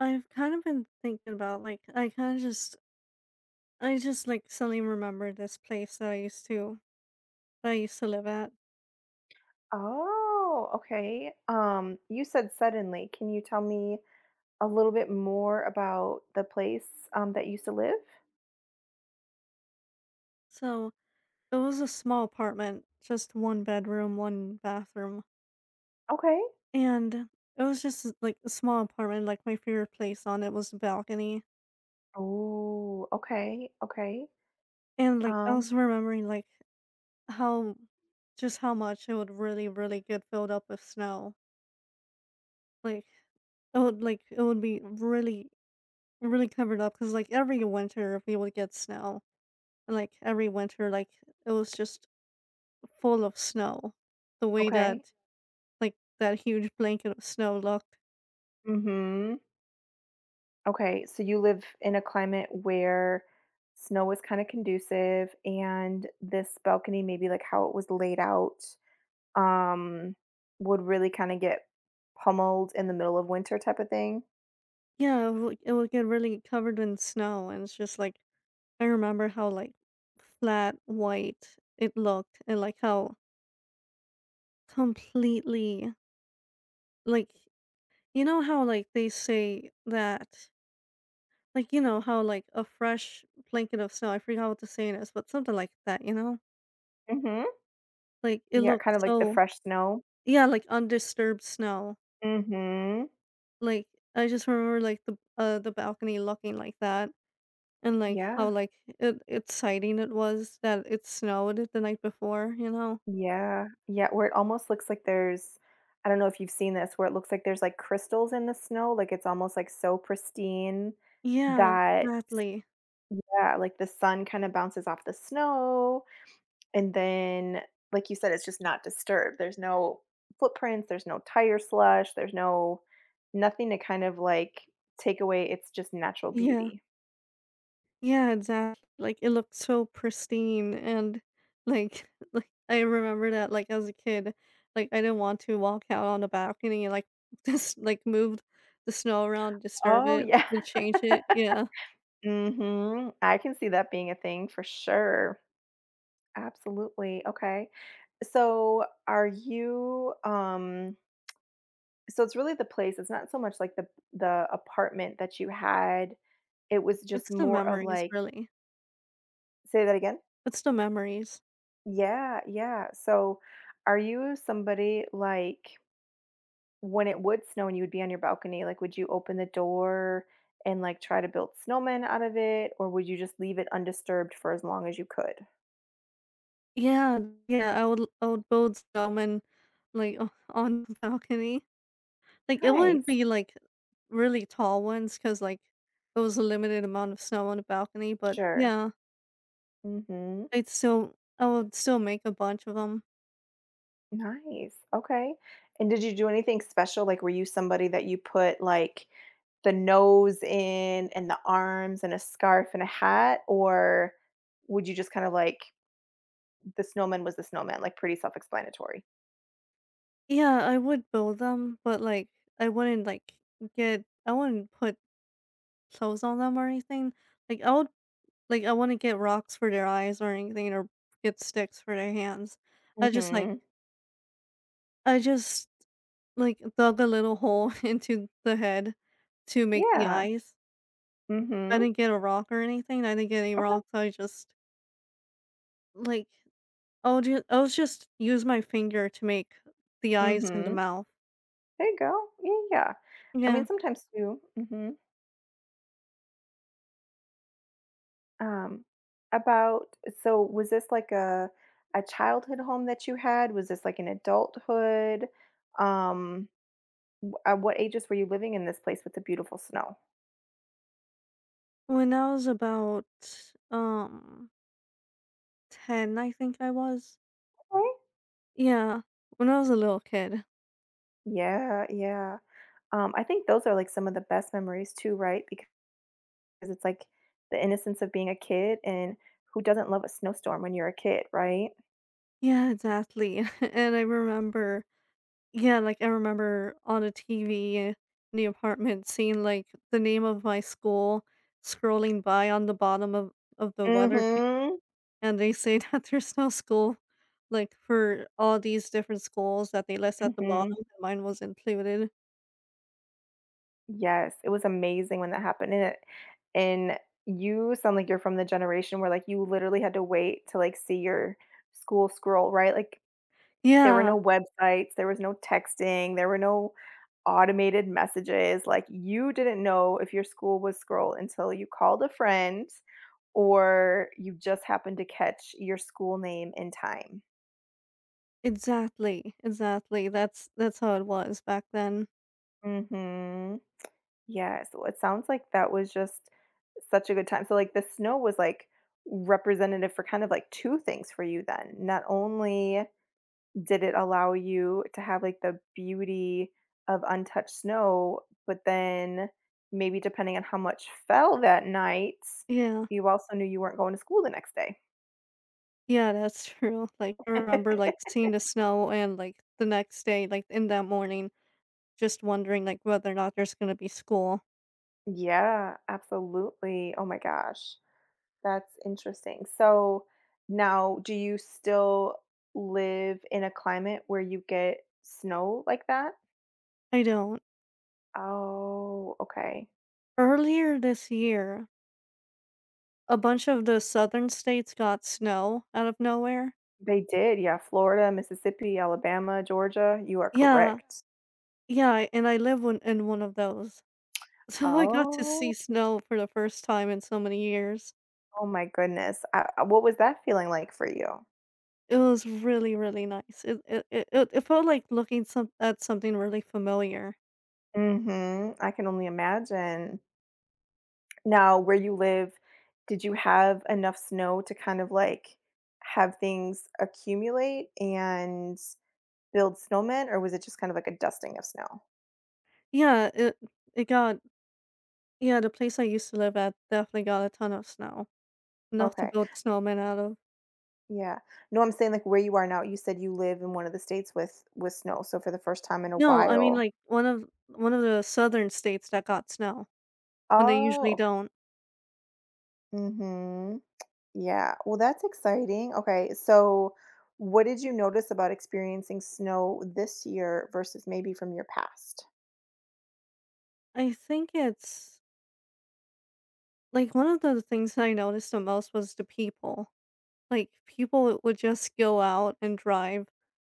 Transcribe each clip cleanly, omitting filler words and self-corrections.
I've kind of been thinking about like I kind of just I just suddenly remembered this place that I used to live at. Oh, okay. You said suddenly. Can you tell me a little bit more about the place that you used to live? So it was a small apartment, just one bedroom, one bathroom, Okay. and it was just like a small apartment. Like my favorite place on it was the balcony, Oh, okay, okay. and I Um, was remembering how just how much it would really get filled up with snow. Like it would be really covered up because like every winter we would get snow like every winter, like it was just full of snow. The way okay. that that huge blanket of snow looked. Mm-hmm. Okay. So you live in a climate where snow is kind of conducive and this balcony, maybe like how it was laid out, um, would really kind of get pummeled in the middle of winter type of thing. Yeah, it would get really covered in snow, and it's just like I remember how like flat white it looked, and like how completely like you know how like they say that you know how like a fresh blanket of snow. I forgot what the saying is, but something like that. Mm-hmm. It Yeah, looked kind of like the so fresh snow. yeah, like undisturbed snow. Mhm. Like, I just remember, like, the balcony looking like that and, like, how, Yeah. like, it exciting it was that it snowed the night before, you know? Yeah. Yeah, where it almost looks like there's I don't know if you've seen this, where it looks like there's, like, crystals in the snow, like, it's almost, like, so pristine Yeah, that exactly. Yeah, like, the sun kinda bounces off the snow, and then, like you said, it's just not disturbed. There's no footprints, there's no tire slush, there's no nothing to kind of, like, take away its just natural Yeah. beauty. Yeah, exactly. Like, it looked so pristine and, like like, I remember that, like, as a kid, like, I didn't want to walk out on the balcony and, like, just, like, move the snow around, disturb Oh, it, yeah. and change it. Yeah. Mhm. I can see that being a thing for sure. Absolutely. Okay. So are you so it's really the place. It's not so much like the apartment that you had. It was It's just the more of memories, like really. say that again? It's the memories. Yeah, yeah. So are you somebody like when it would snow and you would be on your balcony, like would you open the door and like try to build snowmen out of it or would you just leave it undisturbed for as long as you could? Yeah, yeah, I would build some and, like, o on the balcony. Like, it wouldn't Nice. be, like, really tall ones, because like, it was a limited amount of snow on the balcony, but Sure. yeah, Mhm. I would still make a bunch of them. Nice. Okay. And did you do anything special? Like, were you somebody that you put like the nose in and the arms and a scarf and a hat? Or would you just kind of like the snowman was the snowman, like pretty self explanatory? Yeah, I would build them, but, like, I wouldn't, like, get I wouldn't put clothes on them or anything. Like, I wouldn't get rocks for their eyes or anything or get sticks for their hands. I just, like Mm-hmm. I just dug a little hole into the head to make the Yeah. eyes. I Mm-hmm. didn't get a rock or anything, I didn't get any Okay. rocks, I just, like, I'll just use my finger to make the eyes and the Mm-hmm. mouth. There you go. Yeah, yeah. I Yeah. mean, sometimes too. Mm-hmm. Um, about so was this like a childhood home that you had? Was this like an adulthood? Um, W at What ages were you living in this place with the beautiful snow? When I was about, um, 10, I think I was. Okay. Yeah, when I was a little kid. Yeah, yeah. I think those are, like, some of the best memories too, right? Because it's, like, the innocence of being a kid, and who doesn't love a snowstorm when you're a kid, right? Yeah, exactly, and I remember I remember on a TV in the apartment seeing, like, the name of my school scrolling by on the bottom of the weather cha Mhm. and they say that there's no school, like, for all these different schools that they list at the bottom, Mhm. and mine was included. Yes, it was amazing when that happened, and it and you sound like you're from the generation where, like, you literally had to wait to, like, see your school scroll, right? Like there were Yeah, no websites, there was no texting, there were no automated messages, like, you didn't know if your school was scroll until you called a friend or you just happened to catch your school name in time. exactly, exactly, that's how it was back then. Mhm. Yeah, so it sounds like that was just such a good time. So, like, the snow was, like, representative for kind of, like, two things for you then. Not only did it allow you to have, like, the beauty of untouched snow, but then maybe depending on how much fell that night, Yeah. you also knew you weren't going to school the next day? Yeah, that's true, like, I remember, like, seeing the snow and, like, the next day, like, in that morning, just wondering, like, whether or not there's gonna be school. Yeah, absolutely. Oh my gosh, that's interesting. So now do you still live in a climate where you get snow like that? I don't. Oh, okay. Earlier this year, a bunch of the southern states got snow out of nowhere. They did, yeah, Florida, Mississippi, Alabama, Georgia, you are Yeah, correct. yeah, and I live in one of those. So I got to Oh, see snow for the first time in so many years. oh my goodness. What was that feeling like for you? It was really, really nice. It felt like looking some at something really familiar. Mhm, I can only imagine. Now, where you live, did you have enough snow to kind of, like, have things accumulate and build snowmen, or was it just kind of like a dusting of snow? Yeah, it got yeah, the place I used to live at definitely got a ton of snow. Enough to Okay, build snowmen out of. yeah. No, I'm saying, like, where you are now, you said you live in one of the states with snow, so for the first time in a No, I mean while. like one of the southern states that got snow, when they Oh, usually okay. don't. Mhm. Yeah. Well, that's exciting. Okay. So, what did you notice about experiencing snow this year versus maybe from your past? I think it's like one of the things I noticed the most was the people. Like people would just go out and drive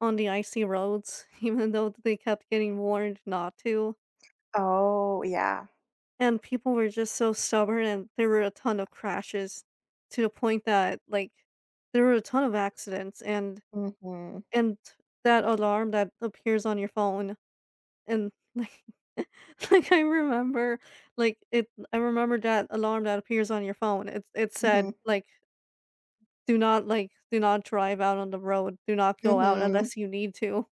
on the icy roads, even though they kept getting warned not to. Oh, yeah. And people were just so stubborn, and there were a ton of crashes to the point that like there were a ton of accidents, and Mm-hmm. and that alarm that appears on your phone. And, like, like, I remember, like, it I remember that alarm that appears on your phone. It Mm-hmm. said, like, do not drive out on the road. Do not go out Mm-hmm. unless you need to."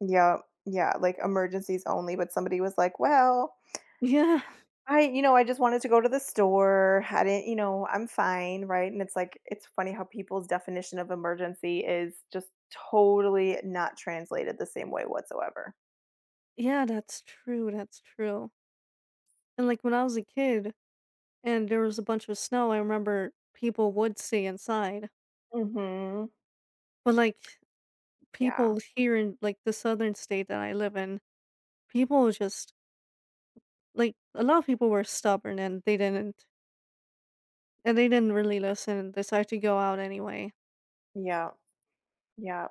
Yep. Yeah. Like emergencies only. But somebody was like, well, Yeah. I, you know, I just wanted to go to the store. I didn't, you know, I'm fine. Right. And it's like, it's funny how people's definition of emergency is just totally not translated the same way whatsoever. Yeah, that's true. And, like, when I was a kid and there was a bunch of snow, I remember people would stay inside. Mm-hmm. But, like, Yeah. people here in, like, the southern state that I live in, people just like, a lot of people were stubborn and they didn't and they didn't really listen and decided to go out anyway. Yeah. Yeah.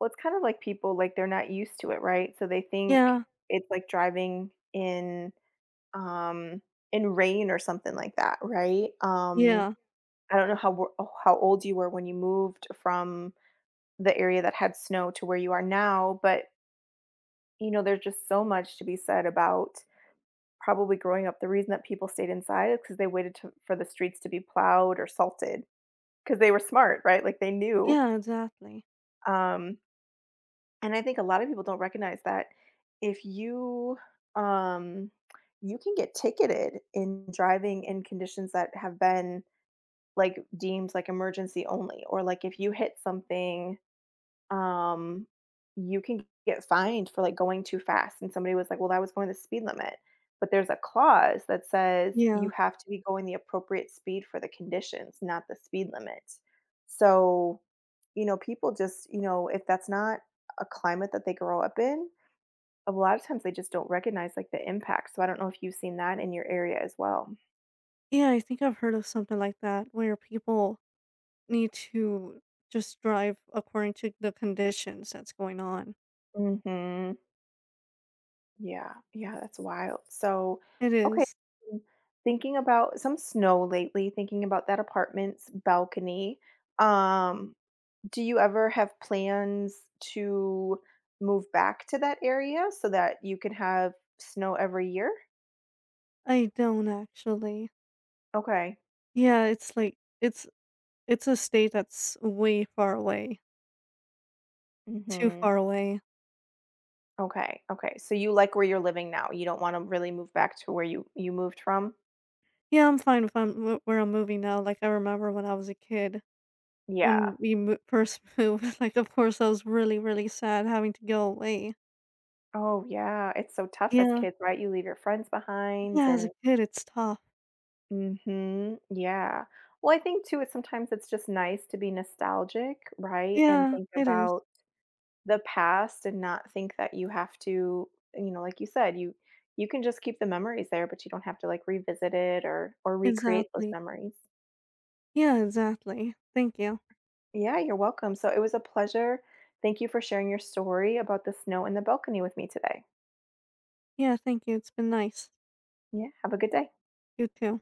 Well, it's kind of like people, like, they're not used to it, right? So they think Yeah. it's like driving um, in rain or something like that, right? Yeah. I don't know how how old you were when you moved from the area that had snow to where you are now, but, you know, there's just so much to be said about probably growing up. The reason that people stayed inside is because they waited to for the streets to be plowed or salted because they were smart, right? Like, they knew, Yeah, exactly. um and I think a lot of people don't recognize that if you um you can get ticketed in driving in conditions that have been like deemed like emergency only or like if you hit something um, you can get fined for like going too fast. And somebody was like, well, that was going the speed limit. But there's a clause that says you Yeah. have to be going the appropriate speed for the conditions, not the speed limit. So, you know, people just, you know, if that's not a climate that they grow up in, a lot of times they just don't recognize like the impact. So I don't know if you've seen that in your area as well. Yeah, I think I've heard of something like that where people need to just drive according to the conditions that's going on. hmm Yeah, yeah, that's wild. So, It okay, is. mm, thinking about some snow lately, thinking about that apartment's balcony. Um, do you ever have plans to move back to that area so that you can have snow every year? I don't actually. Okay. Yeah, it's like it's a state that's way far away. Too Mhm. far away. Okay. Okay. So you like where you're living now. You don't want to really move back to where you moved from? Yeah, I'm fine if I'm where I'm moving now. Like I remember when I was a kid, Yeah. when we mo first moved, like, of course, I was really, really sad having to go away. Oh, yeah. It's so tough as Yeah. kids, right? You leave your friends behind Yeah, as a and kid, it's tough. Mhm. Yeah. Well, I think too, it's sometimes it's just nice to be nostalgic, right? And Yeah, think it is. about the past and not think that you have to, you know, like you said, you can just keep the memories there, but you don't have to like revisit it or recreate those Exactly. memories. Yeah, exactly. Thank you. Yeah, you're welcome. So it was a pleasure. Thank you for sharing your story about the snow in the balcony with me today. Yeah, thank you, it's been nice. Yeah, have a good day. You too.